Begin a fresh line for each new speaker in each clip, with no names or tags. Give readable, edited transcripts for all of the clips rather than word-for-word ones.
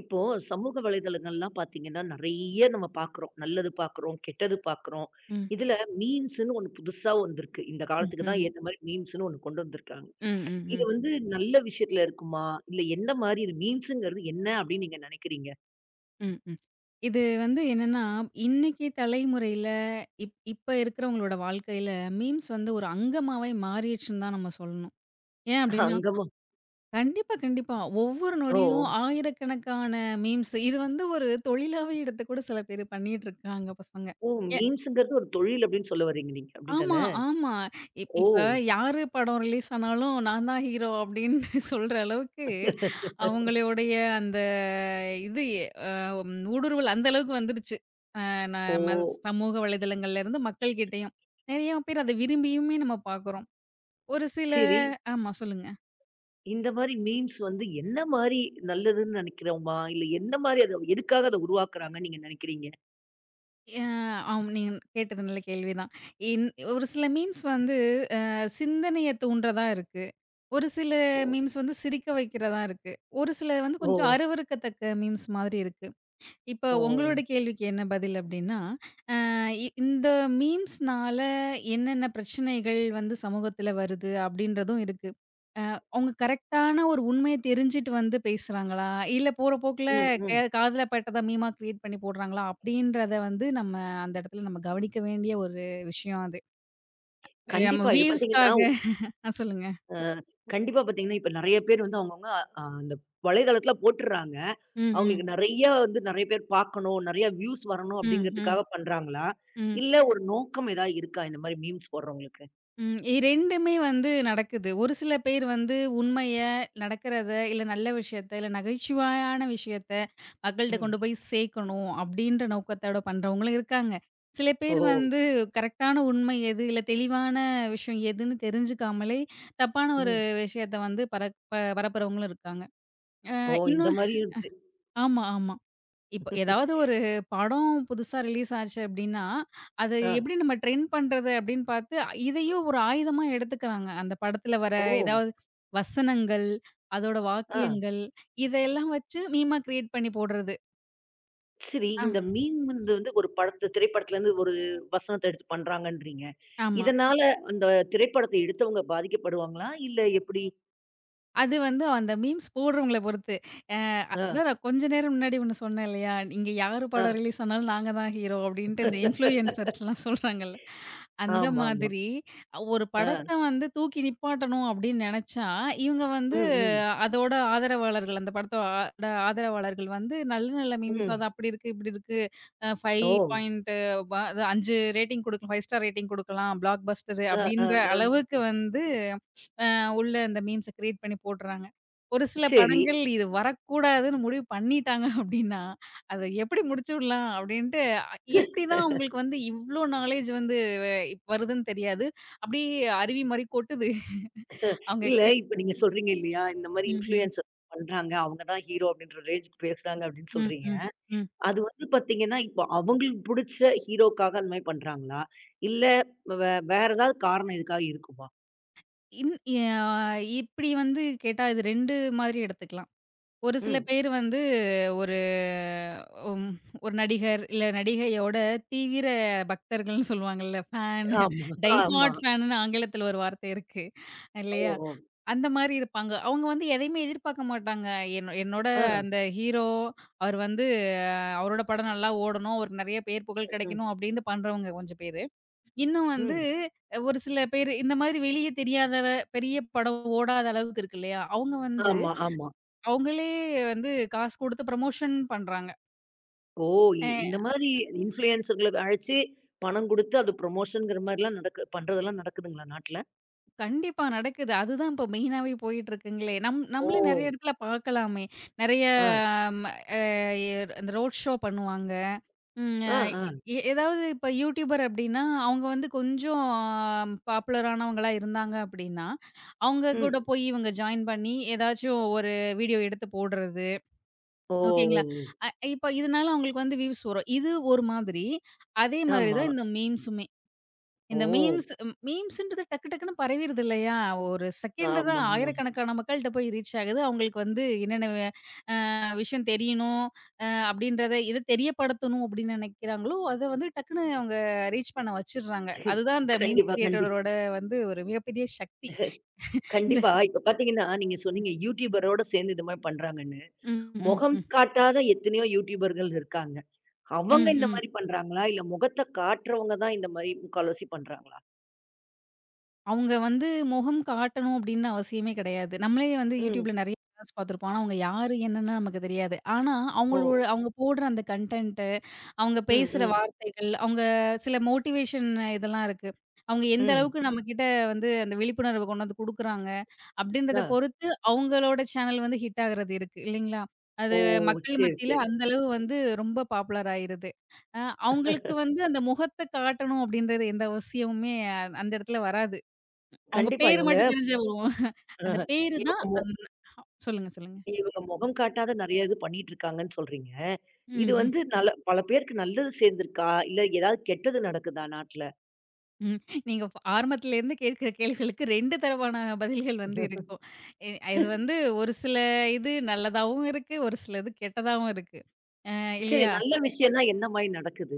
இப்போ சமூக வலைதளங்கள்லாம் பார்த்தீங்கன்னா, நெறைய நம்ம பார்க்குறோம். நல்லது பார்க்குறோம், கெட்டது பார்க்குறோம்.
ம்.
இதுல மீம்ஸ்ன்னு ஒண்ணு புதுசா வந்திருக்கு. இந்த காலத்துக்கு
ம்ஹ்ம்.
தான் ஏத்த மாரி மீம்ஸ்ன்னு ஒண்ணு கொண்டு வந்திருக்காங்க.
ம், ம்,
இது
ம்,
வந்து நல்ல விஷயத்துல இருக்குமா? இல்ல எந்த மாரி இது மீம்ஸ்ங்கிறது என்ன அப்படின்னு நீங்க நெனைக்கிறீங்க?
ம், ம். இது வந்து என்னன்னா, இன்னைக்கு தலைமுறையில இப்ப இருக்கிறவங்களோட வாழ்க்கையில மீம்ஸ் வந்து ஒரு அங்கமாவே மாறிடுச்சுன்னு தான் நம்ம சொல்லணும். ஏன் அப்டின்னா,
அங்கமா?
கண்டிப்பா, கண்டிப்பா. ஒவ்வொரு
ஓ!
நொடியும் ஆயிரக்கணக்கான மீம்ஸ். இது வந்து ஒரு தொழிலாவே எடுத்து கூட சில பேர் பண்ணிட்டு இருக்காங்க பசங்க.
ஓ!
எ
மீம்ஸ்ங்கிறது ஒரு தொழில் அப்படின்னு சொல்ல வர்றீங்க நீங்க.
ஆமா,
அப்படிதானே?
ஆமா. இப்
ஓ!
இப்ப யாரு படம் ரிலீஸ் ஆனாலும் நான் தான் ஹீரோ அப்டின்னு சொல்ற அளவுக்கு அவங்களுடைய அந்த இது அ ம் ஊடுருவல் அந்த அளவுக்கு வந்துருச்சு.
ஓ!
நம்ம சமூக வலைதளங்கள்ல இருந்து மக்கள் கிட்டயும். நெறைய பேர் அத விரும்பியுமே நம்ம பார்க்குறோம். ஒரு சில
சரி.
ஆமா சொல்லுங்க.
இந்த மாரி மீம்ஸ் வந்து என்ன மாரி நல்லதுன்னு நெனைக்கிறோமா? இல்ல எந்த மாரி அத எதுக்காக அத உருவாக்குறாங்கன்னு நீங்க நெனைக்கிறீங்க?
அ ஆம் நீங்க கேட்டது நல்ல கேள்விதான். இன் ஒரு சில மீம்ஸ் வந்து அ சிந்தனைய தூண்டுறதா இருக்கு. ஒரு சில
ஓ!
மீம்ஸ் வந்து சிரிக்க வைக்கிறதா இருக்கு. ஒரு சில வந்து
ஓ!
கொஞ்சம் அருவருக்கத்தக்க மீம்ஸ் மாதிரி இருக்கு. இப்ப
ஓ.
உங்களோட கேள்விக்கு என்ன பதில் அப்டின்னா அ இ இந்த மீம்ஸ்னால என்னென்ன பிரச்சனைகள் வந்து சமூகத்துல வருது அப்டின்றதும் இருக்கு. அவங்க கரெக்ட்டான ஒரு உண்மைய தெரிஞ்சுட்டு வந்து பேசுறாங்களா? இல்ல போற போக்குல
ம், ம்.
காதுல பட்டத மீமா கிரியேட் பண்ணி போடுறாங்களா? அப்டின்றத வந்து நம்ம அந்த இடத்துல நம்ம கவனிக்க வேண்டிய ஒரு விஷயம் அது. நம்ம
கண்டிப்பா. இது பார்த்தீங்கன்னா,
வியூஸ்க்காக ஆ சொல்லுங்க.
அ கண்டிப்பா பார்த்தீங்கன்னா, இப்ப நெறைய பேர் வந்து அவங்கவங்க அந்த வலைதளத்தில போட்டுர்றாங்க.
ம், ம்,
அவங்களுக்கு நெறைய வந்து நெறைய பேர் பார்க்கணும், நெறைய வியூஸ் வரணும்
ம், ம்,
அப்படிங்கிறதுக்காக பண்றாங்களா?
ம்.
இல்ல ஒரு நோக்கம் ஏதாவது இருக்கா இந்த மாரி மீம்ஸ் போடுறவங்களுக்கு?
ம். இ 2மே வந்து நடக்குது. ஒரு சில பேர் வந்து உண்மைய, நடக்கிறத, இல்ல நல்ல விஷயத்த, இல்ல நகைச்சுவையான விஷயத்த மக்கள்ட்ட
ம்.
கொண்டு போய் சேர்க்கணும் அப்டின்ற நோக்கத்தோட பண்றவங்களும் இருக்காங்க. சில
ஓ!
பேர் வந்து கரெக்ட்டான உண்மை எது, இல்ல தெளிவான விஷயம் எதுன்னு தெரிஞ்சுக்காமலே தப்பான ஒரு
ம்.
விஷயத்த வந்து பரப்புறவங்களும் இருக்காங்க. அ
ஓ! இந்த
இன்னும்
மாரியும் இருக்கு.
ஆமா, ஆமா. இப்ப ஏதாவது ஒரு படம் புதுசா ரிலீஸ் ஆச்சு அப்டின்னா, அத
ஆ.
எப்டி நம்ம ட்ரெண்ட் பண்றது அப்டின்னு பார்த்து, இதையும் ஒரு ஆயுதமா எடுத்துக்கிறாங்க. அந்த படத்துல வர
ஓ!
ஏதாவது வசனங்கள், அதோட
ஆ.
வாக்கியங்கள், இதெல்லாம் வச்சு மீமா கிரியேட் பண்ணி போடுறது.
சரி,
ஆ,
இந்த மீம் வந்து வந்து ஒரு படத்த திரைப்படத்துலருந்து ஒரு வசனத்த எடுத்து பண்றாங்கன்றீங்க.
ஆமா.
இதனால அந்த திரைப்படத்த எடுத்தவங்க பாதிக்கப்படுவாங்களா? இல்ல எப்படி?
அது வந்து அந்த மீம்ஸ் போடுறவங்கள பொறுத்து. அ
அ,
அதான் நான் கொஞ்ச நேரம் முன்னாடி ஒண்ணு சொன்னேன் இல்லையா? "இங்க யாரு
அ.
படம் ரிலீஸ் ஆனாலும் நாங்க தான் ஹீரோ" அப்படின்ட்டு இந்த இன்ஃப்ளூயன்சர்ஸ்லாம் சொல்றாங்கல்ல. அந்த
ஆமாமா.
மாதிரி ஒரு
அ.
படத்த வந்து தூக்கி நிப்பாட்டணும் அப்படின்னு நெனச்சா, இவங்க வந்து
ம், ம்.
அதோட ஆதரவாளர்கள் அந்த படத்தோட ஆதரவாளர்கள் வந்து நல்ல நல்ல மீம்ஸ்
ம்.
அது அப்படி இருக்கு, இப்படி இருக்கு.
ஓ!
5 பாயிண்ட் அது 5 ரேட்டிங் குடுக்கலாம். 5 ஸ்டார் ரேட்டிங் குடுக்கலாம். பிளாக் பஸ்டர்
அ, அ,
அப்படின்ற
அ.
அளவுக்கு வந்து உள்ள அந்த மீம்ஸ கிரியேட் பண்ணி போடுறாங்க. ஒரு சில
சரி.
படங்கள் இது வரக்கூடாதுன்னு முடிவு பண்ணிட்டாங்க அப்டின்னா, அத எப்படி முடிச்சுடலாம் அப்டின்ட்டு எப்படிதான் அவங்களுக்கு வந்து இவ்ளோ நாலேட்ஜ் வந்து இப்ப வருதுன்னு தெரியாது. அப்படியே அருவி மாரி கொட்டுது. அவங்க
இல்ல
கிரியேட்
இப்ப நீங்க சொல்றீங்க இல்லையா? இந்த மாரி
ம், ம்,
இன்ஃப்ளூயன்சர் பண்றாங்க. அவங்க தான் ஹீரோ அப்படின்ற ரேஞ்சுக்கு பேசுறாங்க அப்படின்னு
ம்,
சொல்றீங்க.
ம், ம்.
அது வந்து பார்த்தீங்கன்னா, இப்போ அவங்களுக்கு புடிச்ச ஹீரோக்காக அந்த மாரி பண்றாங்களா? இல்ல வேற ஏதாவது காரணம் இதுக்காக இருக்குமா?
இன் அ இப்படி வந்து கேட்டா இது 2 மாதிரி எடுத்துக்கலாம். ஒரு சில
ம்.
பேர் வந்து ஒரு ம் ஒரு நடிகர், இல்ல நடிகையோட தீவிர பக்தர்கள்ன்னு சொல்லுவாங்கல்ல. ஃபேன்
ஆமா,
டை
ஆமா.
ஹார்ட் ஃபேனுன்னு ஆங்கிலத்தில ஒரு வார்த்தை இருக்கு.
ஓ!
இல்லையா?
ஓ!
அந்த மாரி இருப்பாங்க. அவங்க வந்து எதையுமே எதிர்பார்க்க மாட்டாங்க. என்னோட
ஆ,
அந்த ஹீரோ, அவர் வந்து அவரோட படம் நல்லா ஓடணும், அவருக்கு நெறைய பேர் புகழ்
ம்,
கிடைக்கணும் அப்படின்னு பண்றவங்க கொஞ்சம் பேரு. இன்னும் வந்து
ம்.
ஒரு சில பேரு இந்த மாதிரி வெளிய தெரியாதவ, பெரிய படம் ஓடாத அளவுக்கு இருக்கு இல்லையா? அவங்க வந்து
ஆமா, ஆமா.
அவங்களே வந்து காசு குடுத்து ப்ரமோஷன் பண்றாங்க.
ஓ! இ
அ
இந்த மாதிரி இன்ஃப்ளூயன்சர்கள அழைச்சு பணம் குடுத்து அது ப்ரமோஷன்ங்கிற மாரிலாம் நடக்கு பண்றதெல்லாம் நடக்குதுங்களா நாட்ல?
கண்டிப்பா நடக்குது. அதுதான் இப்போ மெயினாவே போயிட்டுருக்குங்களே!
ஓ!
நம்மளே நெறைய இடத்துல பார்க்கலாமே! நெறைய
ஆ,
ம் அ இந்த ரோட் ஷோ பண்ணுவாங்க. ம் அ
ஆ, ஆ.
எ ஏதாவது இப்போ யூடியூபர் அப்டின்னா, அவங்க வந்து கொஞ்சம் பாப்புலரானவங்களா இருந்தாங்க அப்டின்னா, அவங்க கூட
ம்.
போய் இவங்க ஜாயின் பண்ணி ஏதாச்சும் ஒரு வீடியோ எடுத்து போடுறது.
ஓ! ஓ!
ஓகேங்களா? அ இப்போ இதனால அவங்களுக்கு வந்து வியூஸ் வரும். இது ஒரு மாதிரி. அதே மாதிரி
ஆமா.
தான் இந்த மீம்ஸுமே.
ஓ!
இந்த மீம்ஸ் மீம்ஸ்ன்றது டக்கு டக்குன்னு பரவிருது இல்லையா? ஒரு செகண்ட தான்
ஆமாமா.
ஆயிரக்கணக்கான மக்கள்ட்ட போய் ரீச் ஆகுது. அவங்களுக்கு வந்து என்னென்ன வே அ விஷயம் தெரியணும், அப்படின்றத எத தெரியப்படுத்தணும் அப்படின்னு நினைக்கிறாங்களோ, அத வந்து டக்குன்னு அவங்க ரீச் பண்ண வச்சுடுறாங்க. அதுதான் அந்த மீம்ஸ்
கண்டிப்பா, கண்டி
கிரியேட்டரோட வந்து ஒரு மிகப்பெரிய சக்தி. இத
கண்டிப்பா. இப்ப பார்த்தீங்கன்னா, நீங்க சொன்னீங்க யூடியூபரோட சேர்ந்து இந்த மாரி பண்றாங்கன்னு.
ம், ம்,
முகம்
ம்,
காட்டாத எத்தனையோ யூடியூபர்கள் இருக்காங்க. அவங்க
ம்,
இந்த
ம்.
மாரி பண்றாங்களா? இல்ல முகத்த காட்டுறவங்க தான் இந்த மாரி முக்கால்வாசி பண்றாங்களா?
அவங்க வந்து முகம் காட்டணும் அப்படின்னு அவசியமே கிடையாது. நம்மளே வந்து
ம்.
YouTubeல நெறைய வீடியோஸ் பார்த்துருப்போம். ஆனா, அவங்க யாரு என்னன்னு நமக்கு தெரியாது. ஆனா,
ஓ!
அவங்க போடுற அந்த கன்டென்ட்டு, அவங்க
ம்,
பேசுற
ம்,
வார்த்தைகள், அவங்க சில மோட்டிவேஷன் இதெல்லாம் இருக்கு. அவங்க எந்த
ம்.
அளவுக்கு நம்மகிட்ட வந்து அந்த விழிப்புணர்வு கொண்டு வந்து குடுக்குறாங்க அப்படின்றத
ஆ.
பொறுத்து அவங்களோட சேனல் வந்து ஹிட் ஆகுறது இருக்கு இல்லைங்களா? அது
ஓ!
மக்கள்
சரி,
மத்தியில
சரி.
அந்த அளவு வந்து ரொம்ப பாப்புலர் ஆயிருது. அ அவங்களுக்கு வந்து அந்த முகத்த காட்டணும் அப்படின்றது எந்த அவசியமுமே அந்த இடத்துல வராது. அவங்க
கண்டிப்பா
பேரு
இவங்க
மட்டும் தெரிஞ்சா வருவோம். அந்த
அஹ
பேரு
இவங்க
தான்
மொ
அந்த சொல்லுங்க, சொல்லுங்க.
இவங்க முகம் காட்டாத நெறைய இது பண்ணிட்டு இருக்காங்கன்னு சொல்றீங்க. இது
ம்ஹ்ம்.
வந்து நல்ல பல பேருக்கு நல்லது சேர்ந்திருக்கா? இல்ல ஏதாவது கெட்டது நடக்குதா நாட்ல?
ம். நீங்க ஆரம்பத்துல இருந்து கேட்கிற கேள்விகளுக்கு 2 தரமான பதில்கள் வந்து இருக்கும். இ இது வந்து ஒரு சில இது நல்லதாவும் இருக்கு, ஒரு சில இது கெட்டதாவும் இருக்கு. அ
சரி,
இல்லையா?
நல்ல விஷயம்னா என்ன மாரி நடக்குது?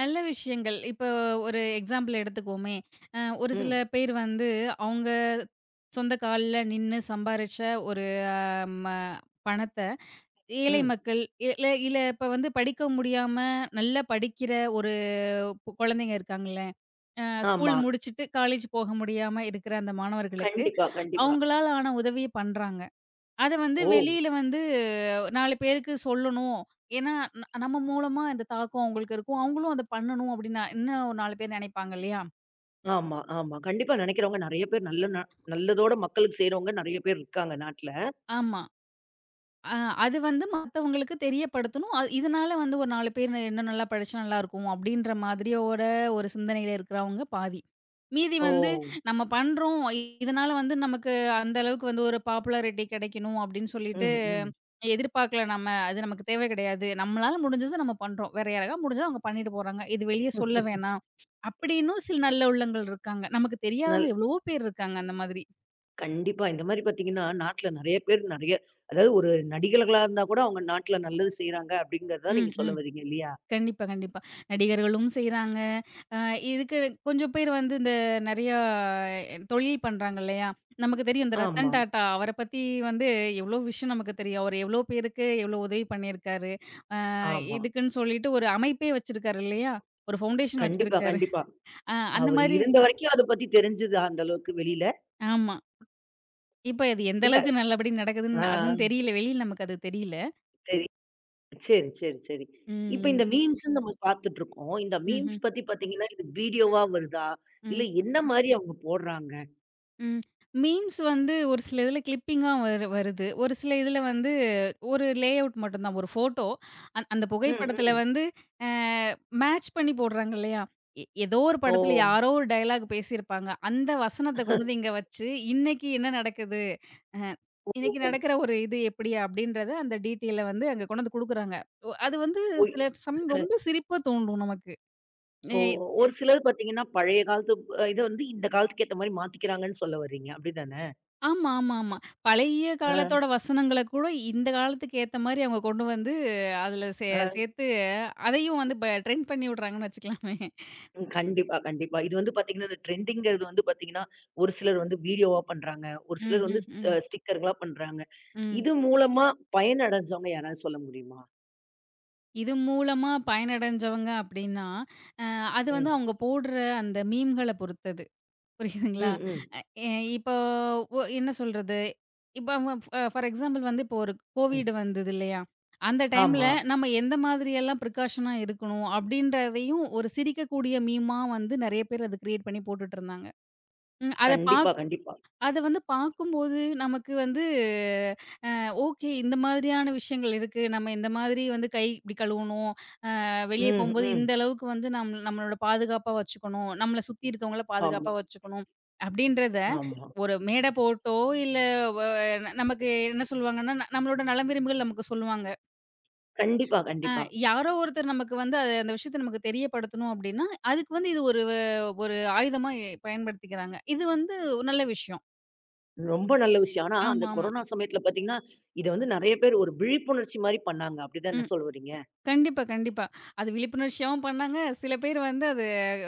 நல்ல விஷயங்கள் இப்போ ஒரு எக்ஸாம்பிள் எடுத்துக்குவோமே, ஒரு சில
ம்,
பேர் வந்து அவங்க சொந்த கால்ல நின்னு சம்பாரிச்ச ஒரு அ ம பணத்த ஏழை
ம்.
மக்கள், இல்ல இல்ல இப்ப வந்து படிக்க முடியாம நல்லா படிக்கிற ஒரு குழந்தைங்க இருக்காங்கல்ல. ஸ்கூல்
ஆமா.
முடிச்சுட்டு காலேஜ் போக முடியாம இருக்கிற அந்த மாணவர்களுக்கு,
கண்டிப்பா, கண்டிப்பா.
அவங்களால ஆன உதவிய பண்றாங்க. அத வந்து
ஓ!
வெளியில வந்து 4 பேருக்கு சொல்லணும். ஏன்னா, நம்ம மூலமா இந்த தாக்கம் அவங்களுக்கு இருக்கும். அவங்களும் அத பண்ணணும் அப்படின்னு இன்னும் 4 பேர் நினைப்பாங்க இல்லையா?
ஆமா, ஆமா. கண்டிப்பா நெனைக்கிறவங்க நெறைய பேர் நல்ல நல்லதோட மக்களுக்கு செய்றவங்க நெறைய பேர் இருக்காங்க நாட்ல.
ஆமா. ஆ அது வந்து மத்தவங்களுக்கு தெரியப்படுத்தணும். இதனால வந்து ஒரு 4 பேர் இன்னும் நல்லா படிச்சா நல்லாருக்கும். அப்படின்ற மாதிரியோட ஒரு சிந்தனையில இருக்கிறவங்க பாதி. மீதி
ஓ!
வந்து நம்ம பண்றோம். இதனால வந்து நமக்கு அந்த அளவுக்கு வந்து ஒரு பாப்புலாரிட்டி கிடைக்கணும் அப்படின்னு சொல்லிட்டு
ம், ம்.
எதிர்பார்க்கல நம்ம. அது நமக்கு தேவை கிடையாது. நம்மளால முடிஞ்சது நம்ம பண்றோம். வேற யாராவது முடிஞ்சா அவங்க பண்ணிட்டு போறாங்க. இது வெளிய சொல்ல வேணாம். அப்படின்னும் சில நல்ல உள்ளங்கள் இருக்காங்க. நமக்கு
நல்
தெரியாதவங்க எவ்வளவோ பேர் இருக்காங்க அந்த மாதிரி.
கண்டிப்பா. இந்த மாரி பார்த்தீங்கன்னா, நாட்ல நெறைய பேர் நெறைய அதாவது ஒரு நடிகர்களா இருந்தா கூட அவங்க நாட்ல நல்லது செய்றாங்க அப்படிங்கிறது தான்
ம்.
நீங்க சொல்ல
ம்.
வர்றீங்க இல்லையா?
கண்டிப்பா, கண்டிப்பா. நடிகர்களும் செய்றாங்க. அ இதுக்கு கொஞ்சம் பேர் வந்து இந்த நெறையா தொழில் பண்றாங்க இல்லையா? நமக்கு தெரியும் இந்த
ஆமா,
ரத்தன் டாட்டா அவர பத்தி வந்து எவ்ளோ விஷயம் நமக்கு தெரியும். அவரு எவ்ளோ பேருக்கு எவ்ளோ உதவி பண்ணியிருக்காரு. அ
ஆமா.
இதுக்குன்னு சொல்லிட்டு ஒரு அமைப்பே வச்சிருக்காரு இல்லையா? ஒரு ஃபவுண்டேஷன்
கண்டிப்பா,
வச்சிருக்காரு.
கண்டிப்பா.
அந்த
அவரு
மாரி
இருந்த வரைக்கும் அத பத்தி தெரிஞ்சது அந்த அளவுக்கு வெளியில?
ஆமா. இப்ப அது எந்த
இல்ல.
அளவுக்கு நல்லபடி நடக்குதுன்னு அதுவும்
ஆ,
தெரியல. வெளியில நமக்கு அது தெரியல.
சரி, சரி. இப்ப
ம்.
இந்த மீம்ஸ்ன்னு நம்ம பார்த்துட்டு இருக்கோம். இந்த மீம்ஸ்
ம்ஹ்ம்.
பத்தி பார்த்தீங்கன்னா, இது வீடியோவா வருதா? இல்ல
ம்.
என்ன மாரி அவங்க போடுறாங்க?
ம். மீம்ஸ் வந்து ஒரு சில இதில கிளிப்பிங்கா வருது. ஒரு சில இதில வந்து ஒரு லேஅவுட் மட்டும் தான். ஒரு ஃபோட்டோ அந்த
ம்,
புகைப்படத்தில
ம்.
வந்து அ மேட்ச் பண்ணி போடுறாங்க இல்லையா? ஏதோ ஒரு
ஓ!
படத்தில யாரோ ஒரு டயலாக் பேசியிருப்பாங்க. அந்த வசனத்த கொண்டு வந்து இங்க வச்சு, இன்னைக்கு என்ன நடக்குது? அ இன்னைக்கு
ஓ!
நடக்கிற ஒரு இது எப்படி? அப்படின்றத அந்த டீட்டெயில வந்து அங்க கொண்டு வந்து குடுக்குறாங்க. அது வந்து
ஓ,
சில சமயம் ரொம்ப சிரிப்ப தூண்டும் நமக்கு.
ஓ!
எ
ஒரு சிலர் பார்த்தீங்கன்னா, பழைய காலத்து இத வந்து இந்த காலத்துக்கு ஏத்த மாரி மாத்திக்கிறாங்கன்னு சொல்ல வர்றீங்க. அப்படிதானே?
ஆமா, ஆமா, ஆமா. பழைய
ஆ,
காலத்தோட வசனங்கள கூட இந்த காலத்துக்கு ஏத்த மாரி அவங்க கொண்டு வந்து அதுல
ஆ.
சேர்த்து அதையும் வந்து ட்ரெண்ட் பண்ணி விடுறாங்கன்னு வச்சுக்கலாமே.
ம். கண்டிப்பா, கண்டிப்பா. இது வந்து பார்த்தீங்கன்னா, இந்த ட்ரெண்டிங்கிறது வந்து பார்த்தீங்கன்னா, ஒரு சிலர் வந்து வீடியோவா பண்றாங்க. ஒரு
ம்,
சிலர் வந்து
ம்,
ஸ்ட்
ம்,
அ ஸ்டிக்கர்களா பண்றாங்க.
ம்.
இது மூலமா பயனடைஞ்சவங்க யாராவது சொல்ல முடியுமா?
இது மூலமா பயனடைஞ்சவங்க அப்டின்னா, அ அது வந்து
ம்.
அவங்க போடுற அந்த மீம்கள பொறுத்தது. புரியுதுங்களா?
ம், ம்,
அ எ இப்போ என்ன சொல்றது? இப்ப அவ அ ஃபார் எக்ஸாம்பிள் வந்து இப்போ ஒரு
ம்.
கோவிட் வந்தது இல்லையா? அந்த டைம்ல
ஆமா.
நம்ம எந்த மாதிரியெல்லாம் ப்ரிகாஷனா இருக்கணும் அப்படின்றதையும் ஒரு சிரிக்கக்கூடிய மீமா வந்து நெறைய பேர் அத கிரியேட் பண்ணி போட்டுட்டு இருந்தாங்க. ம்.
கண்டிப்பா, கண்டிப்பா.
அத வந்து பார்க்கும்போது நமக்கு வந்து ஓகே இந்த மாதிரியான விஷயங்கள் இருக்கு. நம்ம இந்த மாதிரி வந்து கை இப்படி கழுவணும். வெளிய
ம்,
போம்போது
ம்.
இந்த அளவுக்கு வந்து நம்மளோட பாதுகாப்பா வச்சுக்கணும். நம்மள சுத்தி இருக்கவங்கள
ஆமா,
பாதுகாப்பா வச்சுக்கணும். அப்படின்றத
ஆமா.
ஒரு மேடை போட்டோ, இல்ல வ நமக்கு என்ன சொல்லுவாங்கன்னா, நம்மளோட நலம் விரும்பிகள் நமக்கு சொல்லுவாங்க.
கண்டிப்பா,
அ
கண்டிப்பா.
யாரோ ஒருத்தர் நமக்கு வந்து அது அந்த விஷயத்த நமக்கு தெரியப்படுத்தணும் அப்படின்னா, அதுக்கு வந்து இது ஒரு ஒரு ஆயுதமா பயன்படுத்திக்கிறாங்க. இது வந்து ஒரு நல்ல விஷயம்.
ரொம்ப நல்ல விஷயம். ஆனா, அந்த
ஆமாமா.
கொரோனா சமயத்துல பார்த்தீங்கன்னா, இத வந்து நெறைய பேர் ஒரு விழிப்புணர்ச்சி மாரி பண்ணாங்க. அப்படிதானே
ம்.
சொல்ல வர்றீங்க?
கண்டிப்பா, கண்டிப்பா. அது விழிப்புணர்ச்சியாவும் பண்ணாங்க. சில பேர் வந்து அது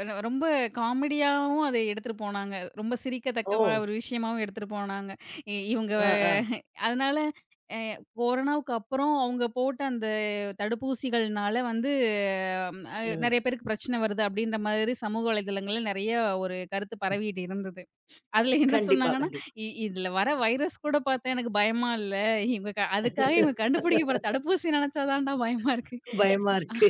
ரொம்ப காமெடியாவும் அதை எடுத்துட்டு போனாங்க. ரொம்ப
ஓ!
சிரிக்கத்தக்கவா ஒரு விஷயமாவும் எடுத்துட்டு போனாங்க. இவங்க
ஆ, ஆ.
அதனால அ கொரோனாவுக்கு அப்புறம் அவங்க போட்ட அந்த தடுப்பூசிகள்னால வந்து அ
ம்.
நெறைய பேருக்கு பிரச்சனை வருது அப்படின்ற மாதிரி சமூக வலைதளங்கள்ல நெறைய ஒரு கருத்து
ம்.
பரவிட்டு இருந்தது. அதுல என்ன
கண்டிப்பா,
சொன்னாங்கன்னா,
கண்டிப்பா.
இதுல வர வைரஸ் கூட பார்த்தா எனக்கு பயமா இல்ல. இவங்க அதுக்காக இவங்க கண்டுபிடிக்க போற தடுப்பூசி நெனச்சா தான்டா பயமா இருக்கு.
பயமா இருக்கு.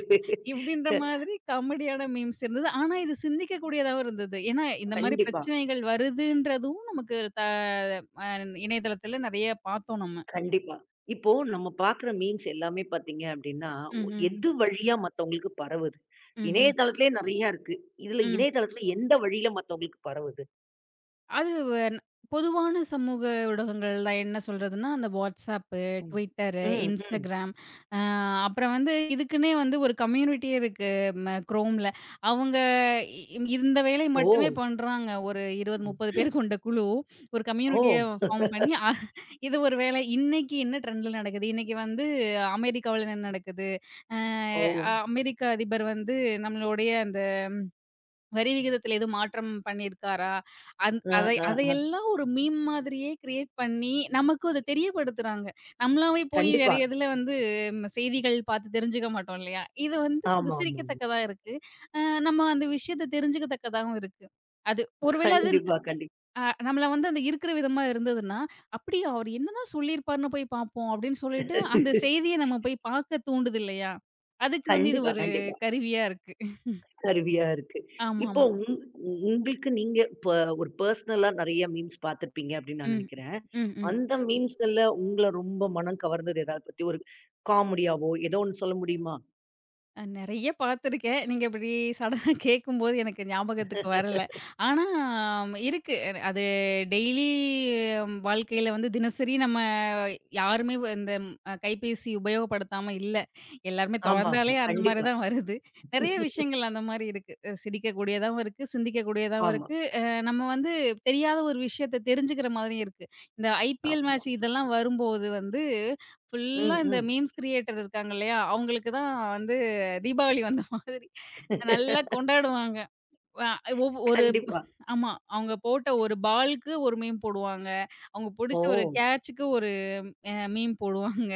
இப்படின்ற மாதிரி காமெடியான மீம்ஸ் இருந்தது. ஆனா, இது சிந்திக்கக் கூடியதாவும் இருந்தது. ஏன்னா, இந்த மாரி
கண்டிப்பா,
பிரச்சனைகள் வருதுன்றதும் நமக்கு த அ இணையதளத்துல நெறைய பார்த்தோம் நம்ம.
கண்டிப்பா. இப்போ நம்ம பார்க்குற மீம்ஸ் எல்லாமே பார்த்தீங்க அப்டின்னா, ஒ
ம்ஹ்ம்.
எது வழியா மத்தவங்களுக்கு பரவுது?
ம்ஹ்ம்.
இணையதளத்திலேயே நெறையா இருக்கு. இதுல
ம்.
இணையதளத்தில எந்த வழியில மத்தவங்களுக்கு பரவுது?
அது வ பொதுவான சமூக ஊடகங்கள்ல என்ன சொல்றதுன்னா, அந்த WhatsApp,
ம்.
Twitter,
ம், ம்.
Instagram அ அப்புறம் வந்து இதுக்குன்னே வந்து ஒரு கம்யூனிட்டியே இருக்கு Chromeல. அவங்க இ இ- இந்த வேலை
ஓ!
மட்டுமே பண்றாங்க. ஒரு 20, 30
ம்.
பேர் கொண்ட குழு. ஒரு
ஓ!
கம்யூனிட்டிய ஃபார்ம் பண்ணி இது ஒரு வேலை. இன்னைக்கு என்ன ட்ரெண்ட்ல நடக்குது? இன்னைக்கு வந்து அமெரிக்காவுல என்ன நடக்குது?
ஓ!
அ அமெரிக்க அதிபர் வந்து நம்மளுடைய அந்த வரி விகிதத்தில எதுவும் மாற்றம் பண்ணியிருக்காரா?
ஆ,
அதை
ஆ, ஆ.
அதையெல்லாம் ஒரு மீம் மாதிரியே கிரியேட் பண்ணி, நமக்கும் அத தெரியப்படுத்துறாங்க. நம்மளாவே போய்
கண்டிப்பா.
நெறைய இதுல வந்து செய்திகள் பார்த்து தெரிஞ்சுக்க மாட்டோம் இல்லையா? இது வந்து கொஞ்சம்
ஆமாமாமா.
சிரிக்கத்தக்கதா இருக்கு. அ நம்ம அந்த விஷயத்த தெரிஞ்சுக்கத்தக்கதாவும் இருக்கு. அது ஒருவேள அது
கண்டிப்பா, கண்டிப்பா.
நம்மள வந்து அந்த இருக்கிற விதமா இருந்ததுன்னா, "அப்படியா அவர் என்னதான் சொல்லியிருப்பார்ன்னு போய் பார்ப்போம்." அப்படின்னு சொல்லிட்டு அந்த செய்திய நம்ம போய் பார்க்க தூண்டுது இல்லையா? அதுக்கு வந்து இது
கண்டிப்பா,
ஒரு
கண்டிப்பா.
கருவியா இருக்கு.
கருவியா இருக்கு. இப்போ
ஆமாமா.
உங் உங்- உங்களுக்கு நீங்க இப்ப ஒரு பெர்சனலா நெறைய மீம்ஸ் பார்த்திருப்பீங்க அப்படின்னு நான்
ம்.
நெனைக்கிறேன்.
ம், ம்.
அந்த மீம்ஸ்கள்ல உங்கள ரொம்ப மனம் கவர்ந்தது எதாவது பத்தி ஒரு காமெடியாவோ ஏதோ ஒண்ணு சொல்ல முடியுமா?
அ நெறைய பார்த்துருக்கேன். நீங்க இப்படி சடனா கேட்கும்போது எனக்கு ஞாபகத்துக்கு வரல. ஆனா இருக்கு. அது டெய்லி வாழ்க்கையில வந்து தினசரி நம்ம யாருமே இந்த ம், அ கைபேசி உபயோகப்படுத்தாம இல்ல. எல்லாருமே
ஆமா,
தொறந்தாலே
ஆமா.
அந்த மாரி
கண்டிப்பா.
தான் வருது. நெறைய விஷயங்கள் அந்த மாரி இருக்கு. சிரிக்கக்கூடியதாவும் இருக்கு, சிந்திக்கக்கூடியதாவும்
ஆமா,
இருக்கு. நம்ம வந்து தெரியாத ஒரு விஷயத்த தெரிஞ்சுக்கிற மாதிரியும் இருக்கு. இந்த ஐபிஎல்
ஆமா.
மேட்ச் இதெல்லாம் வரும்போது வந்து ஃபுல்லா
ம்,
இந்த
ம்.
மீம்ஸ் கிரியேட்டர் இருக்காங்க இல்லையா? அவங்களுக்கு தான் வந்து தீபாவளி வந்த மாதிரி நல்லா கொண்டாடுவாங்க. அ ஒவ் ஒரு
கண்டிப்பா.
ஆமா. அவங்க போட்ட ஒரு பால்க்கு ஒரு மீம் போடுவாங்க. அவங்க
ஓ!
புடிச்ச ஒரு கேட்சுக்கு ஒரு மீம் போடுவாங்க.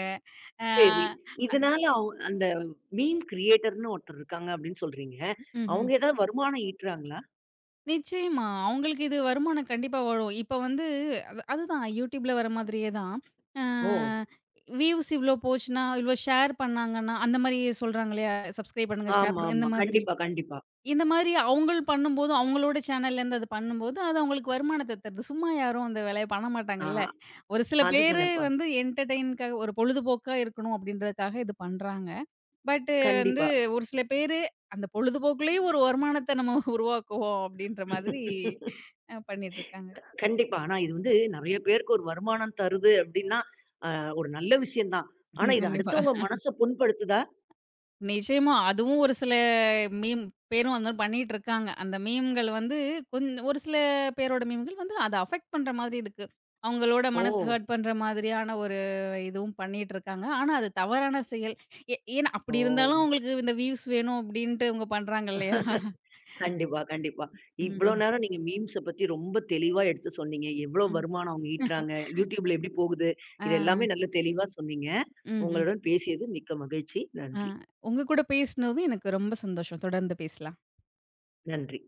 ஆ
சரி. இதனால அந்த மீம் கிரியேட்டர்ன்னு ஒருத்தர் இருக்காங்க அப்படின்னு சொல்றீங்க.
ம்ஹ்ம்.
அவங்க ஏதாவது வருமானம் ஈட்டுறாங்களா?
நிச்சயமா. அவங்களுக்கு இது வருமானம் கண்டிப்பா வரும். இப்ப வந்து அதுதான் யூடியூப்ல வர மாதிரியே தான். ஆ
ஓ!
வியூஸ் இவ்ளோ போச்சுன்னா, இவ்ளோ ஷேர் பண்ணாங்கன்னா, அந்த மாரி சொல்றாங்க இல்லையா? சப்ஸ்கிரைப் பண்ணுங்க, ஷேர்
ஆமா,
பண்ணுங்க
ஆமா.
இந்த மாதிரி.
கண்டிப்பா, கண்டிப்பா.
இந்த மாரி அவங்கள் பண்ணும்போது, அவங்களோட சேனல்லேருந்து அது பண்ணும்போது, அது அவங்களுக்கு வருமானத்த தருது. சும்மா யாரும் அந்த வேலைய பண்ண
ஆ,
மாட்டாங்கல்ல. ஒரு சில பேரு
அதுதானேப்பா.
வந்து என்டர்டெயின்க்காக ஒரு பொழுதுபோக்கா இருக்கணும் அப்டின்றதுக்காக இது பண்றாங்க. பட் வந்து
கண்டிப்பா.
ஒரு சில பேரு அந்த பொழுதுபோக்குலயும் ஒரு வருமானத்த நம்ம உருவாக்குவோம் அப்டின்ற மாதிரி பண்ணிட்டுருக்காங்க.
கண்டிப்பா. ஆனா இது வந்து நெறைய பேருக்கு ஒரு வருமானம் தருது அப்டின்னா, அ ஒரு நல்ல விஷயம் தான். ஆனா
ம்.
இது
கண்டிப்பா.
அடுத்தவங்க மனச புண்படுத்துதா?
நிச்சயமா. அதுவும் ஒரு சில மீம் பேரும் அந்த மாரி பண்ணிட்டு இருக்காங்க. அந்த மீம்கள் வந்து ஒரு சில பேரோட மீம்கள் வந்து அத அஃபெக்ட் பண்ற மாதிரி இருக்கு. அவங்களோட
ஓ!
மனசு ஹர்ட் பண்ற மாதிரியான ஒரு இதுவும் பண்ணிட்டு இருக்காங்க. ஆனா, அது தவறான செயல். ஏன்னா அப்படி
ஓ!
இருந்தாலும் அவங்களுக்கு இந்த வியூஸ் வேணும் அப்படின்ட்டு அவங்க பண்றாங்க இல்லையா?
கண்டிப்பா, கண்டிப்பா. இவ்ளோ
ம்ஹ்ம்.
நேரம் நீங்க மீம்ஸ பத்தி ரொம்ப தெளிவா எடுத்து சொன்னீங்க. எவ்ளோ
ம். ம்.
வருமானம் அவங்க ஈட்டுறாங்க, YouTubeல எப்டி போகுது,
ஆ.
இது எல்லாமே நல்ல தெளிவா சொன்னீங்க.
ம்ஹ்ம்.
உங்களுடன் பேசியது மிக்க மகிழ்ச்சி.
ஆ.
நன்றி.
உங்க கூட பேசினதும் எனக்கு ரொம்ப சந்தோஷம். தொடர்ந்து பேசலாம்.
நன்றி.